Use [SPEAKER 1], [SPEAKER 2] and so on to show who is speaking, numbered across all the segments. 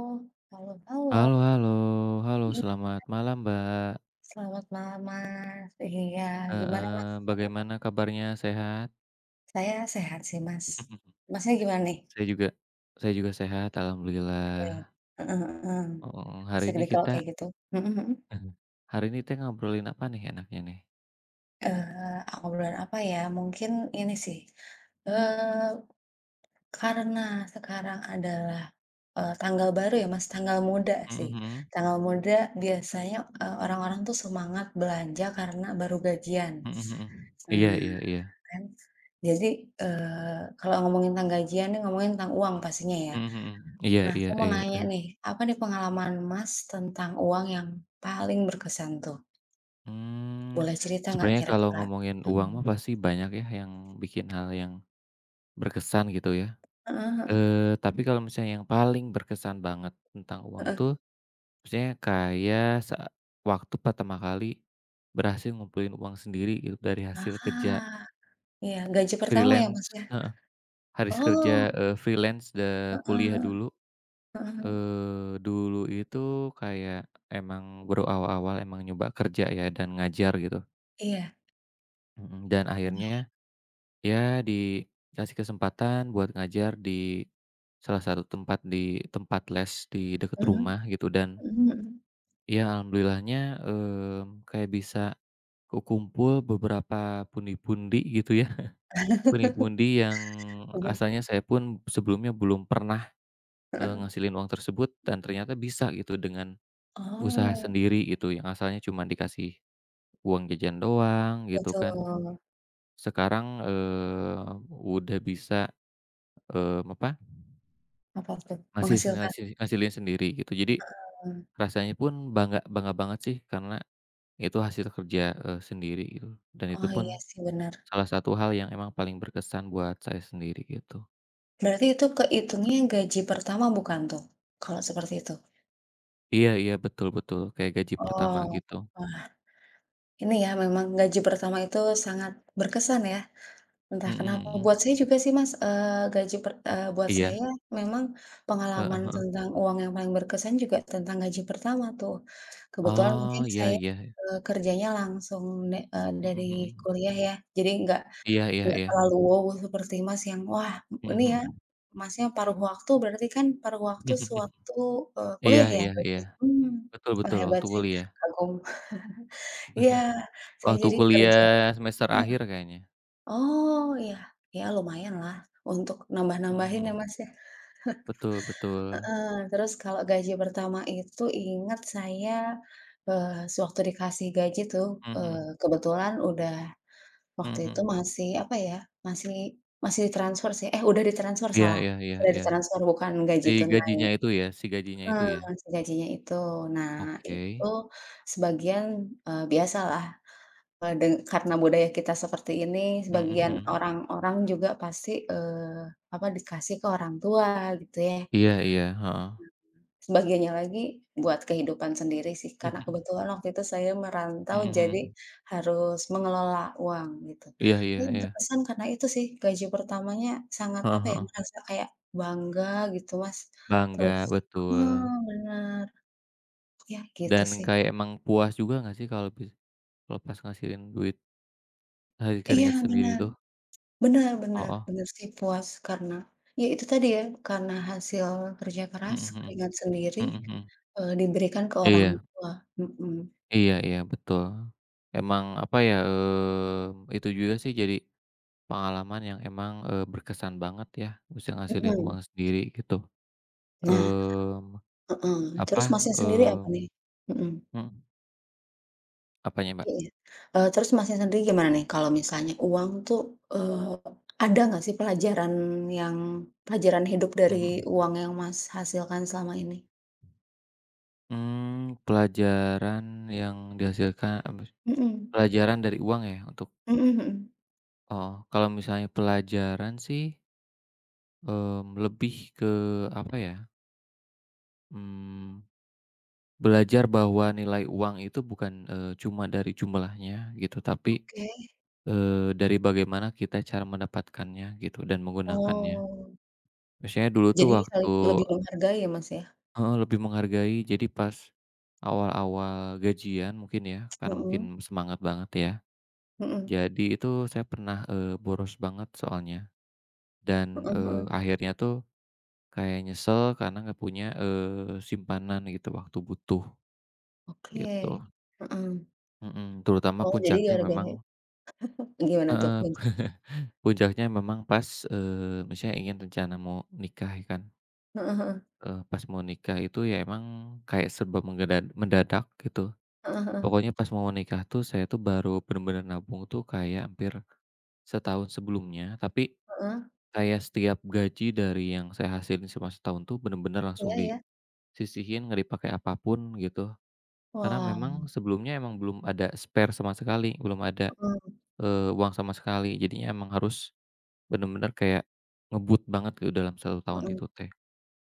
[SPEAKER 1] Oh, halo halo.
[SPEAKER 2] Halo halo halo,
[SPEAKER 1] Iya,
[SPEAKER 2] selamat malam, Mbak,
[SPEAKER 1] selamat malam, Mas. Iya, gimana, Mas?
[SPEAKER 2] heeh,
[SPEAKER 1] Heeh,
[SPEAKER 2] bagaimana kabarnya, sehat?
[SPEAKER 1] saya sehat sih, Mas. Masnya gimana nih?
[SPEAKER 2] Saya juga saya juga sehat,
[SPEAKER 1] Eee,
[SPEAKER 2] alhamdulillah,
[SPEAKER 1] heeh heeh.
[SPEAKER 2] heeh, hari
[SPEAKER 1] Asik
[SPEAKER 2] ini
[SPEAKER 1] deh kalau
[SPEAKER 2] kita
[SPEAKER 1] kayak gitu. Mhm mhm.
[SPEAKER 2] hari ini kita ngobrolin apa nih enaknya nih?
[SPEAKER 1] Eee, Obrolan apa ya, mungkin ini sih, eee, karena sekarang adalah, tanggal baru ya, Mas, tanggal muda
[SPEAKER 2] Mhm
[SPEAKER 1] sih.
[SPEAKER 2] mhm,
[SPEAKER 1] Tanggal muda biasanya, orang-orang tuh semangat belanja karena baru gajian.
[SPEAKER 2] mhm mhm, iya
[SPEAKER 1] Nah
[SPEAKER 2] iya iya,
[SPEAKER 1] kan. Jadi, kalau ngomongin tentang gajian nih ngomongin tentang uang pastinya ya.
[SPEAKER 2] mhm mhm, iya
[SPEAKER 1] Nah
[SPEAKER 2] iya
[SPEAKER 1] saya mau
[SPEAKER 2] iya,
[SPEAKER 1] nanya
[SPEAKER 2] eh,
[SPEAKER 1] nih, apa nih pengalaman Mas tentang uang yang paling berkesan tuh?
[SPEAKER 2] mmm,
[SPEAKER 1] Boleh cerita nggak
[SPEAKER 2] sebenarnya kalau
[SPEAKER 1] kira-kira?
[SPEAKER 2] ngomongin uang
[SPEAKER 1] Mhm.
[SPEAKER 2] mah pasti banyak ya yang bikin hal yang berkesan gitu ya,
[SPEAKER 1] Heeh heeh
[SPEAKER 2] tapi kalau misalnya yang paling berkesan banget tentang uang
[SPEAKER 1] heeh.
[SPEAKER 2] tuh, maksudnya kayak waktu pertama kali berhasil ngumpulin uang sendiri gitu dari hasil kerja
[SPEAKER 1] Ah, iya gaji pertama ya
[SPEAKER 2] freelance,
[SPEAKER 1] Mas ya?
[SPEAKER 2] heeh, kerja,
[SPEAKER 1] Oh,
[SPEAKER 2] freelance da
[SPEAKER 1] heeh
[SPEAKER 2] kuliah
[SPEAKER 1] heeh
[SPEAKER 2] dulu.
[SPEAKER 1] heeh heeh.
[SPEAKER 2] Dulu itu kayak emang baru awal-awal emang nyoba kerja ya dan ngajar gitu,
[SPEAKER 1] Iya.
[SPEAKER 2] mhm, dan
[SPEAKER 1] Mhm
[SPEAKER 2] akhirnya ya dikasih kesempatan buat ngajar di salah satu tempat, di tempat les di deket
[SPEAKER 1] mhm mhm.
[SPEAKER 2] rumah gitu, dan
[SPEAKER 1] Bener,
[SPEAKER 2] ya alhamdulillahnya, kayak bisa kekumpul beberapa pundi-pundi gitu ya, pundi-pundi yang asalnya saya pun sebelumnya belum pernah,
[SPEAKER 1] heeh.
[SPEAKER 2] ngasilin uang tersebut dan ternyata bisa gitu dengan usaha
[SPEAKER 1] Oh,
[SPEAKER 2] sendiri gitu, yang asalnya cuma dikasih uang jajan doang gitu
[SPEAKER 1] betul.
[SPEAKER 2] kan. Sekarang, udah bisa, eee, apa,
[SPEAKER 1] Apa tuh?
[SPEAKER 2] ngasis
[SPEAKER 1] Menghasilkan.
[SPEAKER 2] ngasi ngasilin sendiri gitu. Jadi rasanya pun bangga bangga banget sih karena itu hasil kerja, sendiri gitu dan itu
[SPEAKER 1] Oh
[SPEAKER 2] pun
[SPEAKER 1] iya sih bener.
[SPEAKER 2] salah satu hal yang emang paling berkesan buat saya sendiri gitu.
[SPEAKER 1] Berarti itu kehitungnya gaji pertama bukan tuh, kalau seperti itu?
[SPEAKER 2] Iya iya, betul betul, kayak gaji pertama
[SPEAKER 1] Oh,
[SPEAKER 2] gitu.
[SPEAKER 1] wah ini ya memang gaji pertama itu sangat berkesan ya, entah
[SPEAKER 2] Mhm
[SPEAKER 1] kenapa. Buat
[SPEAKER 2] mhm.
[SPEAKER 1] saya juga sih Mas, eee, gaji per eee, buat saya
[SPEAKER 2] Iya,
[SPEAKER 1] memang pengalaman
[SPEAKER 2] heeh heeh.
[SPEAKER 1] tentang uang yang paling berkesan juga tentang gaji pertama tuh. Kebetulan
[SPEAKER 2] Oh,
[SPEAKER 1] mungkin
[SPEAKER 2] iya
[SPEAKER 1] saya,
[SPEAKER 2] iya,
[SPEAKER 1] kerjanya langsung dari
[SPEAKER 2] mhm mhm.
[SPEAKER 1] kuliah ya, jadi nggak.
[SPEAKER 2] Iya iya
[SPEAKER 1] Nggak
[SPEAKER 2] iya,
[SPEAKER 1] terlalu wow seperti Mas yang, wah
[SPEAKER 2] mhm
[SPEAKER 1] ini ya,
[SPEAKER 2] mhm.
[SPEAKER 1] Masnya paruh waktu berarti kan paruh waktu sewaktu,
[SPEAKER 2] Iya
[SPEAKER 1] kuliah ya
[SPEAKER 2] iya iya,
[SPEAKER 1] berarti?
[SPEAKER 2] betul
[SPEAKER 1] Wah
[SPEAKER 2] betul,
[SPEAKER 1] hebat
[SPEAKER 2] waktu
[SPEAKER 1] sih,
[SPEAKER 2] kuliah.
[SPEAKER 1] kagum. Iya, saya
[SPEAKER 2] Waktu
[SPEAKER 1] jadi kerja
[SPEAKER 2] kuliah semester
[SPEAKER 1] heeh,
[SPEAKER 2] akhir kayaknya.
[SPEAKER 1] oh iya, ya lumayanlah untuk
[SPEAKER 2] Mhm
[SPEAKER 1] nambah-nambahin ya
[SPEAKER 2] mhm.
[SPEAKER 1] Mas ya,
[SPEAKER 2] Betul betul,
[SPEAKER 1] heeh, terus kalau gaji pertama itu ingat saya, sewaktu dikasih gaji tuh,
[SPEAKER 2] mhm mhm,
[SPEAKER 1] kebetulan udah.
[SPEAKER 2] mhm
[SPEAKER 1] Waktu itu
[SPEAKER 2] mhm.
[SPEAKER 1] masih, apa ya, masih masih ditransfer sih, eh udah ditransfer
[SPEAKER 2] Iya
[SPEAKER 1] salah,
[SPEAKER 2] iya iya
[SPEAKER 1] sudah
[SPEAKER 2] iya,
[SPEAKER 1] ditransfer bukan gaji
[SPEAKER 2] si
[SPEAKER 1] tunai
[SPEAKER 2] gajinya itu ya si gajinya itu
[SPEAKER 1] heeh,
[SPEAKER 2] ya?
[SPEAKER 1] si gajinya itu. Nah
[SPEAKER 2] Oke,
[SPEAKER 1] itu sebagian, biasalah, eee, deng karena budaya kita seperti ini
[SPEAKER 2] mhm
[SPEAKER 1] sebagian
[SPEAKER 2] mhm.
[SPEAKER 1] orang-orang juga pasti, apa, dikasih ke orang tua gitu ya.
[SPEAKER 2] Iya iya, heeh.
[SPEAKER 1] Sebagiannya lagi buat kehidupan sendiri sih, karena kebetulan waktu itu saya merantau
[SPEAKER 2] Mhm
[SPEAKER 1] jadi
[SPEAKER 2] mhm.
[SPEAKER 1] harus mengelola uang gitu.
[SPEAKER 2] Iya iya
[SPEAKER 1] Tapi
[SPEAKER 2] iya,
[SPEAKER 1] berkesan karena itu sih, gaji pertamanya sangat
[SPEAKER 2] heeh
[SPEAKER 1] apa ya,
[SPEAKER 2] heeh.
[SPEAKER 1] merasa kayak bangga gitu Mas, terus
[SPEAKER 2] Bangga,
[SPEAKER 1] heeh,
[SPEAKER 2] betul.
[SPEAKER 1] bener, ya gitu
[SPEAKER 2] Dan
[SPEAKER 1] sih.
[SPEAKER 2] kayak emang puas juga nggak sih kalau kalau pas ngasihin duit dari
[SPEAKER 1] Iya
[SPEAKER 2] keringat sendiri
[SPEAKER 1] bener,
[SPEAKER 2] tuh?
[SPEAKER 1] bener bener
[SPEAKER 2] Heeh,
[SPEAKER 1] bener sih puas karena ya itu tadi ya, karena hasil kerja keras,
[SPEAKER 2] mhm mhm,
[SPEAKER 1] keringat sendiri,
[SPEAKER 2] mhm mhm.
[SPEAKER 1] diberikan ke orang
[SPEAKER 2] Iya
[SPEAKER 1] tua, mhm
[SPEAKER 2] iya iya, betul. Emang apa ya, itu juga sih jadi pengalaman yang emang, berkesan banget ya, bisa ngasilin
[SPEAKER 1] mhm.
[SPEAKER 2] uang sendiri gitu.
[SPEAKER 1] Nah,
[SPEAKER 2] Mmm,
[SPEAKER 1] heeh,
[SPEAKER 2] apa,
[SPEAKER 1] terus Masnya sendiri apa
[SPEAKER 2] mmm
[SPEAKER 1] nih? Mhm,
[SPEAKER 2] mhm, apanya, Mbak?
[SPEAKER 1] iya. Terus Masnya sendiri gimana nih kalau misalnya uang tuh, eee, ada nggak sih yang pelajaran hidup dari
[SPEAKER 2] Mhm.
[SPEAKER 1] uang yang Mas hasilkan selama ini?
[SPEAKER 2] Pelajaran yang dihasilkan,
[SPEAKER 1] Mhm,
[SPEAKER 2] pelajaran dari uang ya untuk.
[SPEAKER 1] mhm mhm.
[SPEAKER 2] Oh, kalau misalnya pelajaran sih, lebih ke apa ya, mmm, belajar bahwa nilai uang itu bukan, cuma dari jumlahnya gitu, tapi,
[SPEAKER 1] Oke,
[SPEAKER 2] dari bagaimana kita cara mendapatkannya gitu dan menggunakannya.
[SPEAKER 1] oh,
[SPEAKER 2] Biasanya dulu tuh
[SPEAKER 1] jadi
[SPEAKER 2] waktu
[SPEAKER 1] saling lebih menghargai ya, Mas, ya?
[SPEAKER 2] heeh, lebih menghargai jadi pas awal-awal gajian mungkin ya, karena
[SPEAKER 1] Mhm,
[SPEAKER 2] mungkin semangat banget ya,
[SPEAKER 1] mhm,
[SPEAKER 2] jadi itu saya pernah, boros banget soalnya dan,
[SPEAKER 1] heeh heeh,
[SPEAKER 2] akhirnya tuh kayak nyesel karena nggak punya, simpanan gitu waktu butuh,
[SPEAKER 1] oke,
[SPEAKER 2] gitu.
[SPEAKER 1] heeh.
[SPEAKER 2] Mhm, terutama
[SPEAKER 1] Oh, jadi
[SPEAKER 2] puncaknya memang
[SPEAKER 1] gara-gara gimana tuh
[SPEAKER 2] heeh,
[SPEAKER 1] puncaknya?
[SPEAKER 2] puncaknya memang pas, misalnya ingin rencana mau nikah ya kan,
[SPEAKER 1] Heeh heeh,
[SPEAKER 2] pas mau nikah itu ya emang kayak serba menggeda mendadak gitu.
[SPEAKER 1] heeh heeh,
[SPEAKER 2] Pokoknya pas mau nikah tuh saya tuh baru bener-bener nabung tuh kayak hampir setahun sebelumnya, tapi
[SPEAKER 1] heeh,
[SPEAKER 2] kayak setiap gaji dari yang saya hasilin selama setahun tuh bener-bener langsung
[SPEAKER 1] iya iya.
[SPEAKER 2] disisihin, nggak dipakai apa pun gitu. Karena
[SPEAKER 1] Wah,
[SPEAKER 2] memang sebelumnya emang belum ada spare sama sekali, belum ada,
[SPEAKER 1] mhm,
[SPEAKER 2] uang sama sekali. Jadinya emang harus bener-bener kayak ngebut banget gitu dalam satu tahun
[SPEAKER 1] mhm.
[SPEAKER 2] itu teh.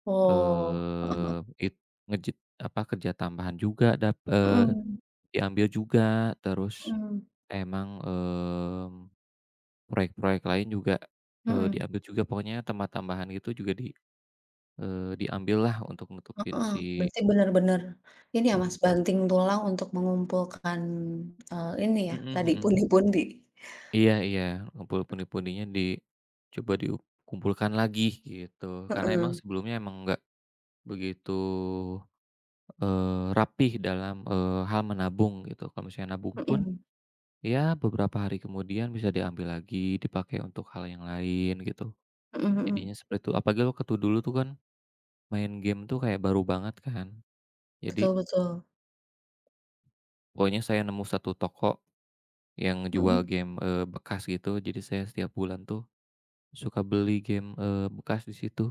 [SPEAKER 1] Oh, heeh,
[SPEAKER 2] Eee, it ngejit apa, kerja tambahan juga
[SPEAKER 1] mhm
[SPEAKER 2] diambil juga, terus
[SPEAKER 1] mhm
[SPEAKER 2] emang, proyek-proyek lain juga,
[SPEAKER 1] mhm,
[SPEAKER 2] diambil juga. Pokoknya tema tambahan gitu juga di, eh, diambil lah untuk nutupin
[SPEAKER 1] heeh,
[SPEAKER 2] si
[SPEAKER 1] berarti bener-bener ini ya, Mas, banting tulang untuk mengumpulkan, ini ya,
[SPEAKER 2] mhm
[SPEAKER 1] tadi
[SPEAKER 2] mhm.
[SPEAKER 1] pundi-pundi.
[SPEAKER 2] Iya iya, ngumpul pundi-pundinya dicoba dikumpulkan lagi gitu. Karena
[SPEAKER 1] Heeh,
[SPEAKER 2] emang sebelumnya emang nggak begitu, rapih dalam, hal menabung gitu. Kalau misalnya nabung pun,
[SPEAKER 1] mhm
[SPEAKER 2] ya beberapa hari kemudian bisa diambil lagi, dipakai untuk hal yang lain gitu.
[SPEAKER 1] mhm mhm,
[SPEAKER 2] Jadinya seperti itu, apalagi waktu dulu tuh kan main game tuh kayak baru banget kan. Jadi
[SPEAKER 1] betul betul,
[SPEAKER 2] pokoknya saya nemu satu toko yang
[SPEAKER 1] mhm,
[SPEAKER 2] jual game, bekas gitu, jadi saya setiap bulan tuh suka beli game, bekas di situ.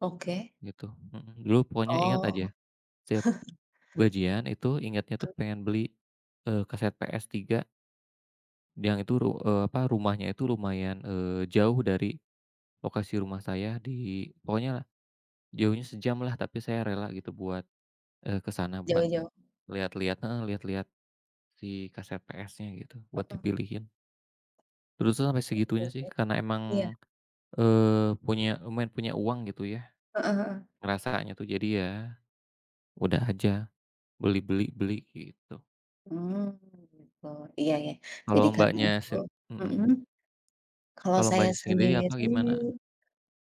[SPEAKER 1] oke.
[SPEAKER 2] Gitu, mhm, dulu pokoknya ingat
[SPEAKER 1] Oh,
[SPEAKER 2] aja, setiap gajian itu ingatnya tuh pengen beli, kaset PS3 yang itu rumahnya itu lumayan, jauh dari lokasi rumah saya di pokoknya jauhnya sejam lah, tapi saya rela gitu buat, ke sana buat
[SPEAKER 1] jauh-jauh,
[SPEAKER 2] lihat-lihat, heeh, lihat-lihat si kaset PS-nya gitu, buat
[SPEAKER 1] heeh,
[SPEAKER 2] dipilihin. Dulu tuh sampai segitunya
[SPEAKER 1] gitu,
[SPEAKER 2] sih karena
[SPEAKER 1] iya,
[SPEAKER 2] emang, punya lumayan punya uang gitu ya,
[SPEAKER 1] heeh heeh,
[SPEAKER 2] ngerasanya tuh. Jadi ya udah aja beli beli beli, gitu.
[SPEAKER 1] mmm, gitu, iya ya,
[SPEAKER 2] Kalau
[SPEAKER 1] jadi karena
[SPEAKER 2] Mbaknya
[SPEAKER 1] itu
[SPEAKER 2] sen mhm,
[SPEAKER 1] mhm, kalau
[SPEAKER 2] kalau
[SPEAKER 1] saya
[SPEAKER 2] Mbaknya sendiri
[SPEAKER 1] sendiri.
[SPEAKER 2] apa gimana?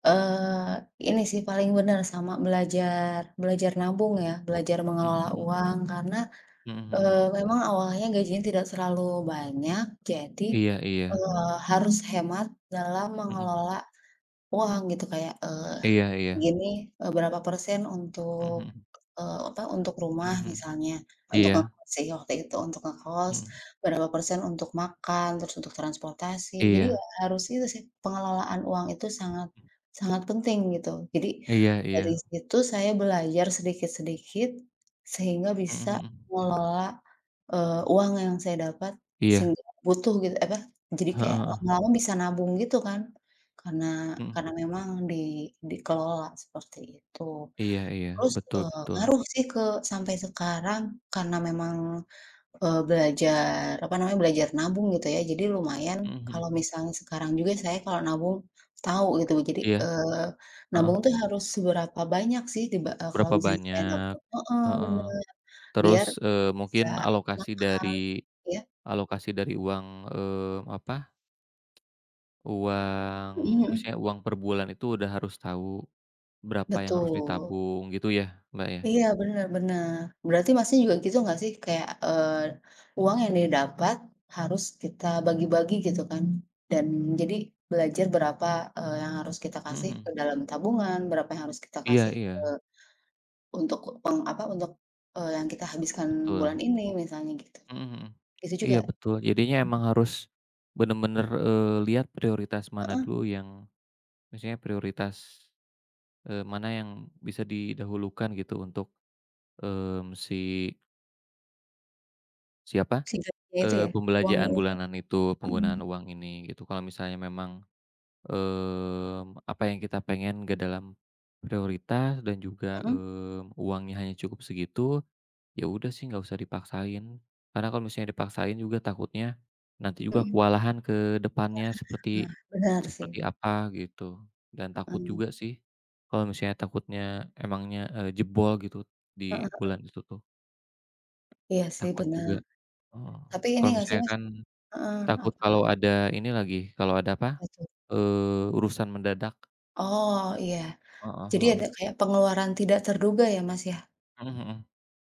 [SPEAKER 1] Eee, ini sih paling bener sama belajar belajar nabung ya, belajar
[SPEAKER 2] Mhm
[SPEAKER 1] mengelola
[SPEAKER 2] mhm,
[SPEAKER 1] uang karena,
[SPEAKER 2] mhm mhm.
[SPEAKER 1] memang awalnya gajinya tidak terlalu banyak jadi,
[SPEAKER 2] Iya iya,
[SPEAKER 1] eee, harus hemat dalam
[SPEAKER 2] mhm,
[SPEAKER 1] mengelola uang gitu kayak,
[SPEAKER 2] iya iya,
[SPEAKER 1] segini, berapa persen
[SPEAKER 2] mhm
[SPEAKER 1] untuk,
[SPEAKER 2] mhm,
[SPEAKER 1] apa, untuk
[SPEAKER 2] mhm
[SPEAKER 1] rumah
[SPEAKER 2] mhm,
[SPEAKER 1] misalnya, untuk
[SPEAKER 2] iya,
[SPEAKER 1] ngekos sih waktu itu, untuk ngekos,
[SPEAKER 2] mhm,
[SPEAKER 1] berapa persen untuk makan, terus untuk transportasi. Jadi ya
[SPEAKER 2] iya,
[SPEAKER 1] harus itu sih, pengelolaan uang itu sangat sangat penting gitu. Jadi
[SPEAKER 2] iya iya,
[SPEAKER 1] dari situ saya belajar sedikit-sedikit sehingga
[SPEAKER 2] mhm
[SPEAKER 1] bisa
[SPEAKER 2] mhm,
[SPEAKER 1] mengelola, uang yang saya dapat
[SPEAKER 2] iya,
[SPEAKER 1] sehingga butuh gitu, apa, jadi
[SPEAKER 2] heeh
[SPEAKER 1] kayak
[SPEAKER 2] heeh,
[SPEAKER 1] lama-lama bisa nabung gitu kan. Karena karena
[SPEAKER 2] mhm,
[SPEAKER 1] memang di dikelola seperti itu.
[SPEAKER 2] iya iya,
[SPEAKER 1] Terus,
[SPEAKER 2] betul betul,
[SPEAKER 1] ngaruh sih ke sampai sekarang karena memang, belajar, apa namanya, belajar nabung gitu ya. Jadi lumayan
[SPEAKER 2] mhm
[SPEAKER 1] kalau
[SPEAKER 2] mhm,
[SPEAKER 1] misalnya sekarang juga saya kalau nabung tahu gitu. Jadi,
[SPEAKER 2] iya, heeh,
[SPEAKER 1] nabung tuh harus seberapa banyak sih kalau
[SPEAKER 2] berapa
[SPEAKER 1] misalnya saya
[SPEAKER 2] banyak,
[SPEAKER 1] dapat heeh,
[SPEAKER 2] heeh,
[SPEAKER 1] bener, biar
[SPEAKER 2] terus,
[SPEAKER 1] bisa
[SPEAKER 2] mungkin
[SPEAKER 1] mak
[SPEAKER 2] alokasi dari
[SPEAKER 1] ya
[SPEAKER 2] alokasi dari uang, uang
[SPEAKER 1] mhm mhm,
[SPEAKER 2] misalnya uang per bulan itu udah harus tahu. Berapa yang harus
[SPEAKER 1] betul.
[SPEAKER 2] ditabung gitu ya, Mbak, ya?
[SPEAKER 1] Iya, bener bener. Berarti Masnya juga gitu nggak sih? Kayak, uang yang didapat harus kita bagi-bagi gitu kan, dan jadi belajar berapa, yang harus kita
[SPEAKER 2] Mhm
[SPEAKER 1] kasih ke
[SPEAKER 2] mhm.
[SPEAKER 1] dalam tabungan, berapa yang harus kita
[SPEAKER 2] Iya
[SPEAKER 1] kasih
[SPEAKER 2] iya,
[SPEAKER 1] ke untuk apa, untuk, yang kita habiskan bulan
[SPEAKER 2] betul.
[SPEAKER 1] ini misalnya gitu.
[SPEAKER 2] Mhm mhm.
[SPEAKER 1] Itu
[SPEAKER 2] Iya
[SPEAKER 1] juga
[SPEAKER 2] betul, jadinya emang harus bener-bener, lihat prioritas mana dulu yang misalnya prioritas, mana yang bisa didahulukan gitu untuk, mmm, si siapa,
[SPEAKER 1] si gajinya itu ya? Uangnya
[SPEAKER 2] pembelanjaan
[SPEAKER 1] itu?
[SPEAKER 2] bulanan itu,
[SPEAKER 1] Mhm.
[SPEAKER 2] penggunaan uang ini gitu. Kalau misalnya memang, apa yang kita pengen gak dalam prioritas dan juga,
[SPEAKER 1] Mhm?
[SPEAKER 2] uangnya hanya cukup segitu, ya udah sih nggak usah dipaksain, karena kalau misalnya dipaksain juga takutnya nanti juga
[SPEAKER 1] Mhm.
[SPEAKER 2] kewalahan ke depannya seperti
[SPEAKER 1] Nah, benar sih,
[SPEAKER 2] seperti apa gitu, dan takut
[SPEAKER 1] mhm,
[SPEAKER 2] juga sih kalau misalnya takutnya emangnya, jebol gitu di
[SPEAKER 1] heeh,
[SPEAKER 2] bulan itu tuh,
[SPEAKER 1] iya sih
[SPEAKER 2] takut
[SPEAKER 1] bener.
[SPEAKER 2] juga. Heeh,
[SPEAKER 1] Tapi ini
[SPEAKER 2] kalau
[SPEAKER 1] nggak sih
[SPEAKER 2] misalnya
[SPEAKER 1] Mas
[SPEAKER 2] kan
[SPEAKER 1] heeh,
[SPEAKER 2] takut
[SPEAKER 1] apa
[SPEAKER 2] kalau ada ini lagi, kalau ada
[SPEAKER 1] apa
[SPEAKER 2] apa,
[SPEAKER 1] tuh?
[SPEAKER 2] urusan mendadak.
[SPEAKER 1] Oh, iya.
[SPEAKER 2] Heeh
[SPEAKER 1] Jadi
[SPEAKER 2] heeh.
[SPEAKER 1] ada kayak pengeluaran tidak terduga ya, Mas, ya?
[SPEAKER 2] Mhm mhm.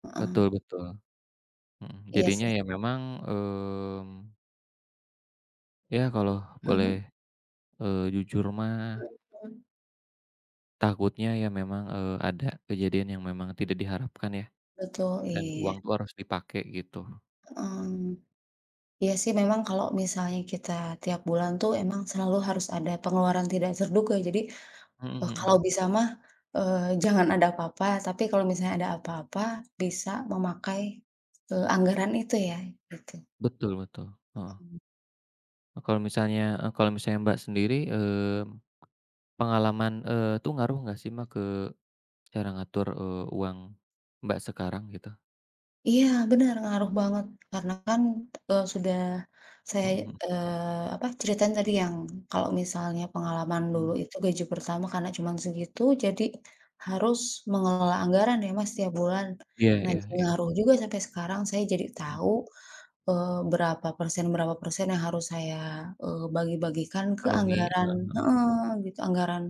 [SPEAKER 1] Heeh,
[SPEAKER 2] Betul betul. Mhm,
[SPEAKER 1] iya
[SPEAKER 2] jadinya
[SPEAKER 1] sih.
[SPEAKER 2] ya memang, mmm, ya kalau boleh.
[SPEAKER 1] Mhm
[SPEAKER 2] Jujur
[SPEAKER 1] mhm
[SPEAKER 2] mah
[SPEAKER 1] mhm,
[SPEAKER 2] takutnya ya memang, ada kejadian yang memang tidak diharapkan ya,
[SPEAKER 1] betul,
[SPEAKER 2] dan
[SPEAKER 1] iya,
[SPEAKER 2] uang tuh harus dipakai gitu.
[SPEAKER 1] mhm. Iya sih memang kalau misalnya kita tiap bulan tuh emang selalu harus ada pengeluaran tidak terduga. Jadi,
[SPEAKER 2] Mhm
[SPEAKER 1] kalau
[SPEAKER 2] mhm.
[SPEAKER 1] bisa mah, jangan ada apa-apa, tapi kalau misalnya ada apa-apa bisa memakai, anggaran itu ya, gitu.
[SPEAKER 2] Betul betul, heeh. Nah, kalau misalnya kalau misalnya Mbak sendiri, pengalaman, itu ngaruh nggak sih Mbak ke cara ngatur, uang Mbak sekarang gitu?
[SPEAKER 1] Iya, benar, ngaruh banget. Karena kan, sudah saya,
[SPEAKER 2] Mhm mhm
[SPEAKER 1] apa, ceritain tadi yang kalau misalnya pengalaman dulu
[SPEAKER 2] mhm.
[SPEAKER 1] itu gaji pertama karena cuman segitu, jadi harus mengelola anggaran ya, Mas, tiap bulan.
[SPEAKER 2] Iya
[SPEAKER 1] Nah,
[SPEAKER 2] iya
[SPEAKER 1] jadi
[SPEAKER 2] iya,
[SPEAKER 1] ngaruh juga sampai sekarang saya jadi
[SPEAKER 2] mhm.
[SPEAKER 1] tahu berapa persen yang harus saya, bagi-bagikan ke
[SPEAKER 2] Penuhi,
[SPEAKER 1] anggaran
[SPEAKER 2] heeh heeh.
[SPEAKER 1] heeh, gitu, anggaran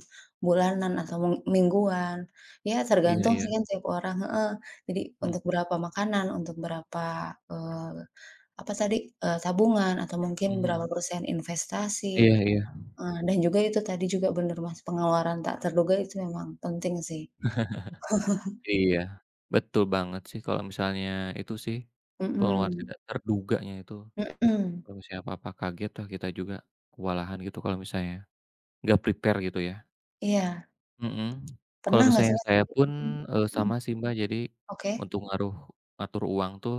[SPEAKER 1] bulanan atau mingguan. Ya
[SPEAKER 2] Iya
[SPEAKER 1] tergantung
[SPEAKER 2] iya,
[SPEAKER 1] sih kan tiap orang heeh, jadi
[SPEAKER 2] mhm
[SPEAKER 1] untuk berapa makanan, untuk berapa, eee, apa tadi, tabungan atau mungkin
[SPEAKER 2] mhm
[SPEAKER 1] berapa
[SPEAKER 2] mhm.
[SPEAKER 1] persen investasi,
[SPEAKER 2] Iya iya
[SPEAKER 1] dan juga itu tadi juga bener Mas, pengeluaran tak terduga itu memang penting sih.
[SPEAKER 2] iya. Betul banget sih kalau misalnya itu sih, pengeluaran
[SPEAKER 1] Mhm,
[SPEAKER 2] tidak terduganya itu.
[SPEAKER 1] mhm,
[SPEAKER 2] Kalau misalnya apa-apa kaget lah kita juga kewalahan gitu kalau misalnya nggak prepare gitu ya.
[SPEAKER 1] iya.
[SPEAKER 2] Mhm. Kalau
[SPEAKER 1] Pernah nggak sih
[SPEAKER 2] misalnya
[SPEAKER 1] Mas,
[SPEAKER 2] saya
[SPEAKER 1] tapi
[SPEAKER 2] pun,
[SPEAKER 1] mhm, mhm,
[SPEAKER 2] sama sih Mbak, jadi
[SPEAKER 1] oke,
[SPEAKER 2] untuk ngaruh ngatur uang tuh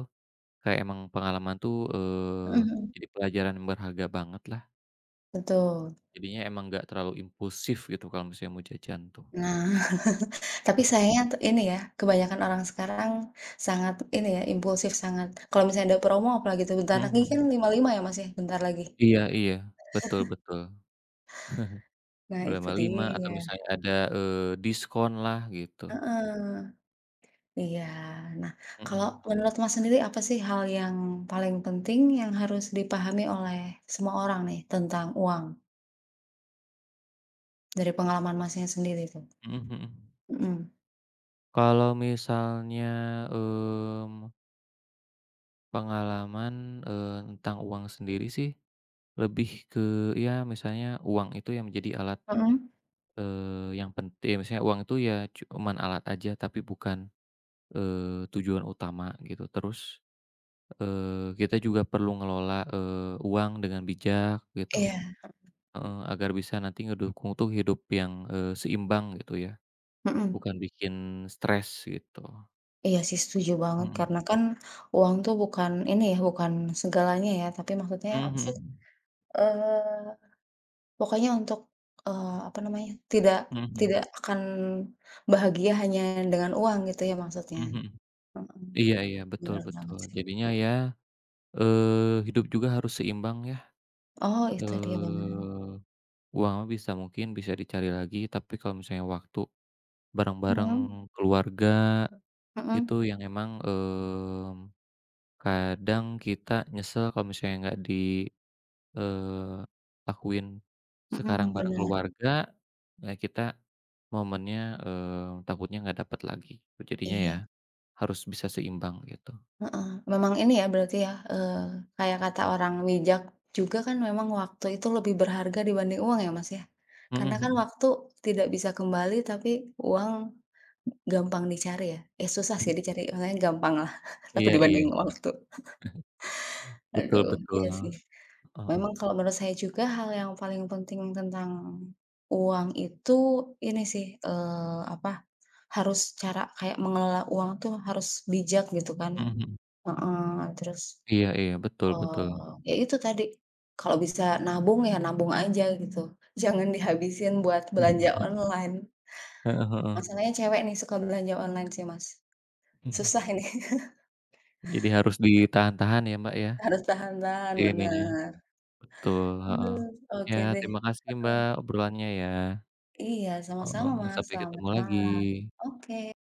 [SPEAKER 2] kayak emang pengalaman tuh,
[SPEAKER 1] mhm mhm.
[SPEAKER 2] jadi pelajaran berharga banget lah.
[SPEAKER 1] Betul.
[SPEAKER 2] Jadinya emang nggak terlalu impulsif gitu kalau misalnya mau jajan tuh.
[SPEAKER 1] Nah, tapi sayangnya tuh ini ya, kebanyakan orang sekarang sangat ini ya, impulsif sangat. Kalau misalnya ada promo apalagi tuh bentar
[SPEAKER 2] Mhm
[SPEAKER 1] lagi kan
[SPEAKER 2] mhm.
[SPEAKER 1] 55 ya, Mas, ya, bentar lagi.
[SPEAKER 2] Iya iya, betul betul.
[SPEAKER 1] Nah, itu
[SPEAKER 2] Berlima-lima atau
[SPEAKER 1] dia.
[SPEAKER 2] misalnya ada, diskon lah gitu.
[SPEAKER 1] Heeh, iya. Nah, kalau
[SPEAKER 2] Mhm.
[SPEAKER 1] menurut Mas sendiri apa sih hal yang paling penting yang harus dipahami oleh semua orang nih tentang uang dari pengalaman Masnya sendiri tuh?
[SPEAKER 2] Mhm mhm.
[SPEAKER 1] Mhm.
[SPEAKER 2] Kalau misalnya, mmm, pengalaman, tentang uang sendiri sih lebih ke ya misalnya uang itu yang menjadi alat,
[SPEAKER 1] Mhm?
[SPEAKER 2] yang penting misalnya uang itu ya cuman alat aja tapi bukan, eee, tujuan utama gitu. Terus, kita juga perlu ngelola, uang dengan bijak gitu,
[SPEAKER 1] Iya,
[SPEAKER 2] heeh, agar bisa nanti ngedukung tuh hidup yang, seimbang gitu ya,
[SPEAKER 1] mhm.
[SPEAKER 2] bukan bikin stres gitu.
[SPEAKER 1] Iya sih setuju banget
[SPEAKER 2] Mhm,
[SPEAKER 1] karena kan uang tuh bukan ini ya, bukan segalanya ya, tapi maksudnya apa
[SPEAKER 2] mhm
[SPEAKER 1] sih,
[SPEAKER 2] mhm,
[SPEAKER 1] eee, pokoknya untuk, apa namanya, tidak
[SPEAKER 2] mhm
[SPEAKER 1] tidak
[SPEAKER 2] mhm,
[SPEAKER 1] akan bahagia hanya dengan uang gitu ya maksudnya?
[SPEAKER 2] mhm mhm.
[SPEAKER 1] Mhm,
[SPEAKER 2] Iya iya, betul
[SPEAKER 1] bener banget
[SPEAKER 2] betul.
[SPEAKER 1] sih.
[SPEAKER 2] Jadinya ya, hidup juga harus seimbang ya,
[SPEAKER 1] Oh itu dia bener.
[SPEAKER 2] eee, uang mah bisa mungkin bisa dicari lagi, tapi kalau misalnya waktu bareng-bareng
[SPEAKER 1] Mhm,
[SPEAKER 2] keluarga
[SPEAKER 1] mhm,
[SPEAKER 2] itu yang emang, kadang kita nyesel kalau misalnya nggak di eee, lakuin sekarang
[SPEAKER 1] mhm,
[SPEAKER 2] bareng
[SPEAKER 1] bener,
[SPEAKER 2] keluarga, nah kita momennya, takutnya nggak dapet lagi. Jadinya ya
[SPEAKER 1] iya.
[SPEAKER 2] harus bisa seimbang gitu.
[SPEAKER 1] Heeh, memang ini ya berarti ya, kayak kata orang bijak juga kan memang waktu itu lebih berharga dibanding uang ya, Mas, ya?
[SPEAKER 2] Mhm
[SPEAKER 1] Karena kan
[SPEAKER 2] mhm.
[SPEAKER 1] waktu tidak bisa kembali tapi uang gampang dicari ya, eh, susah sih dicari, maksudnya gampang lah tapi
[SPEAKER 2] Iya
[SPEAKER 1] dibanding
[SPEAKER 2] iya.
[SPEAKER 1] waktu.
[SPEAKER 2] Betul
[SPEAKER 1] Aduh, iya sih.
[SPEAKER 2] betul, heeh,
[SPEAKER 1] Memang kalau menurut saya juga hal yang paling penting tentang uang itu ini sih, apa, harus cara kayak mengelola uang tuh harus bijak gitu kan.
[SPEAKER 2] mhm mhm,
[SPEAKER 1] Heeh, terus.
[SPEAKER 2] iya iya, betul betul,
[SPEAKER 1] Oh, ya itu tadi, kalau bisa nabung ya nabung aja gitu, jangan dihabisin buat belanja
[SPEAKER 2] mhm.
[SPEAKER 1] online.
[SPEAKER 2] Heeh heeh,
[SPEAKER 1] Masalahnya cewek nih suka belanja online sih, Mas.
[SPEAKER 2] mhm.
[SPEAKER 1] Susah ini,
[SPEAKER 2] Jadi harus ditahan-tahan ya, Mbak, ya,
[SPEAKER 1] harus tahan-tahan,
[SPEAKER 2] si ininya,
[SPEAKER 1] bener.
[SPEAKER 2] betul, heeh,
[SPEAKER 1] Aduh,
[SPEAKER 2] ya
[SPEAKER 1] oke deh.
[SPEAKER 2] terima kasih, Mbak, obrolannya ya,
[SPEAKER 1] Iya, sama-sama
[SPEAKER 2] heeh,
[SPEAKER 1] Mas,
[SPEAKER 2] sampai
[SPEAKER 1] selamat
[SPEAKER 2] ketemu lagi.
[SPEAKER 1] malam. Oke.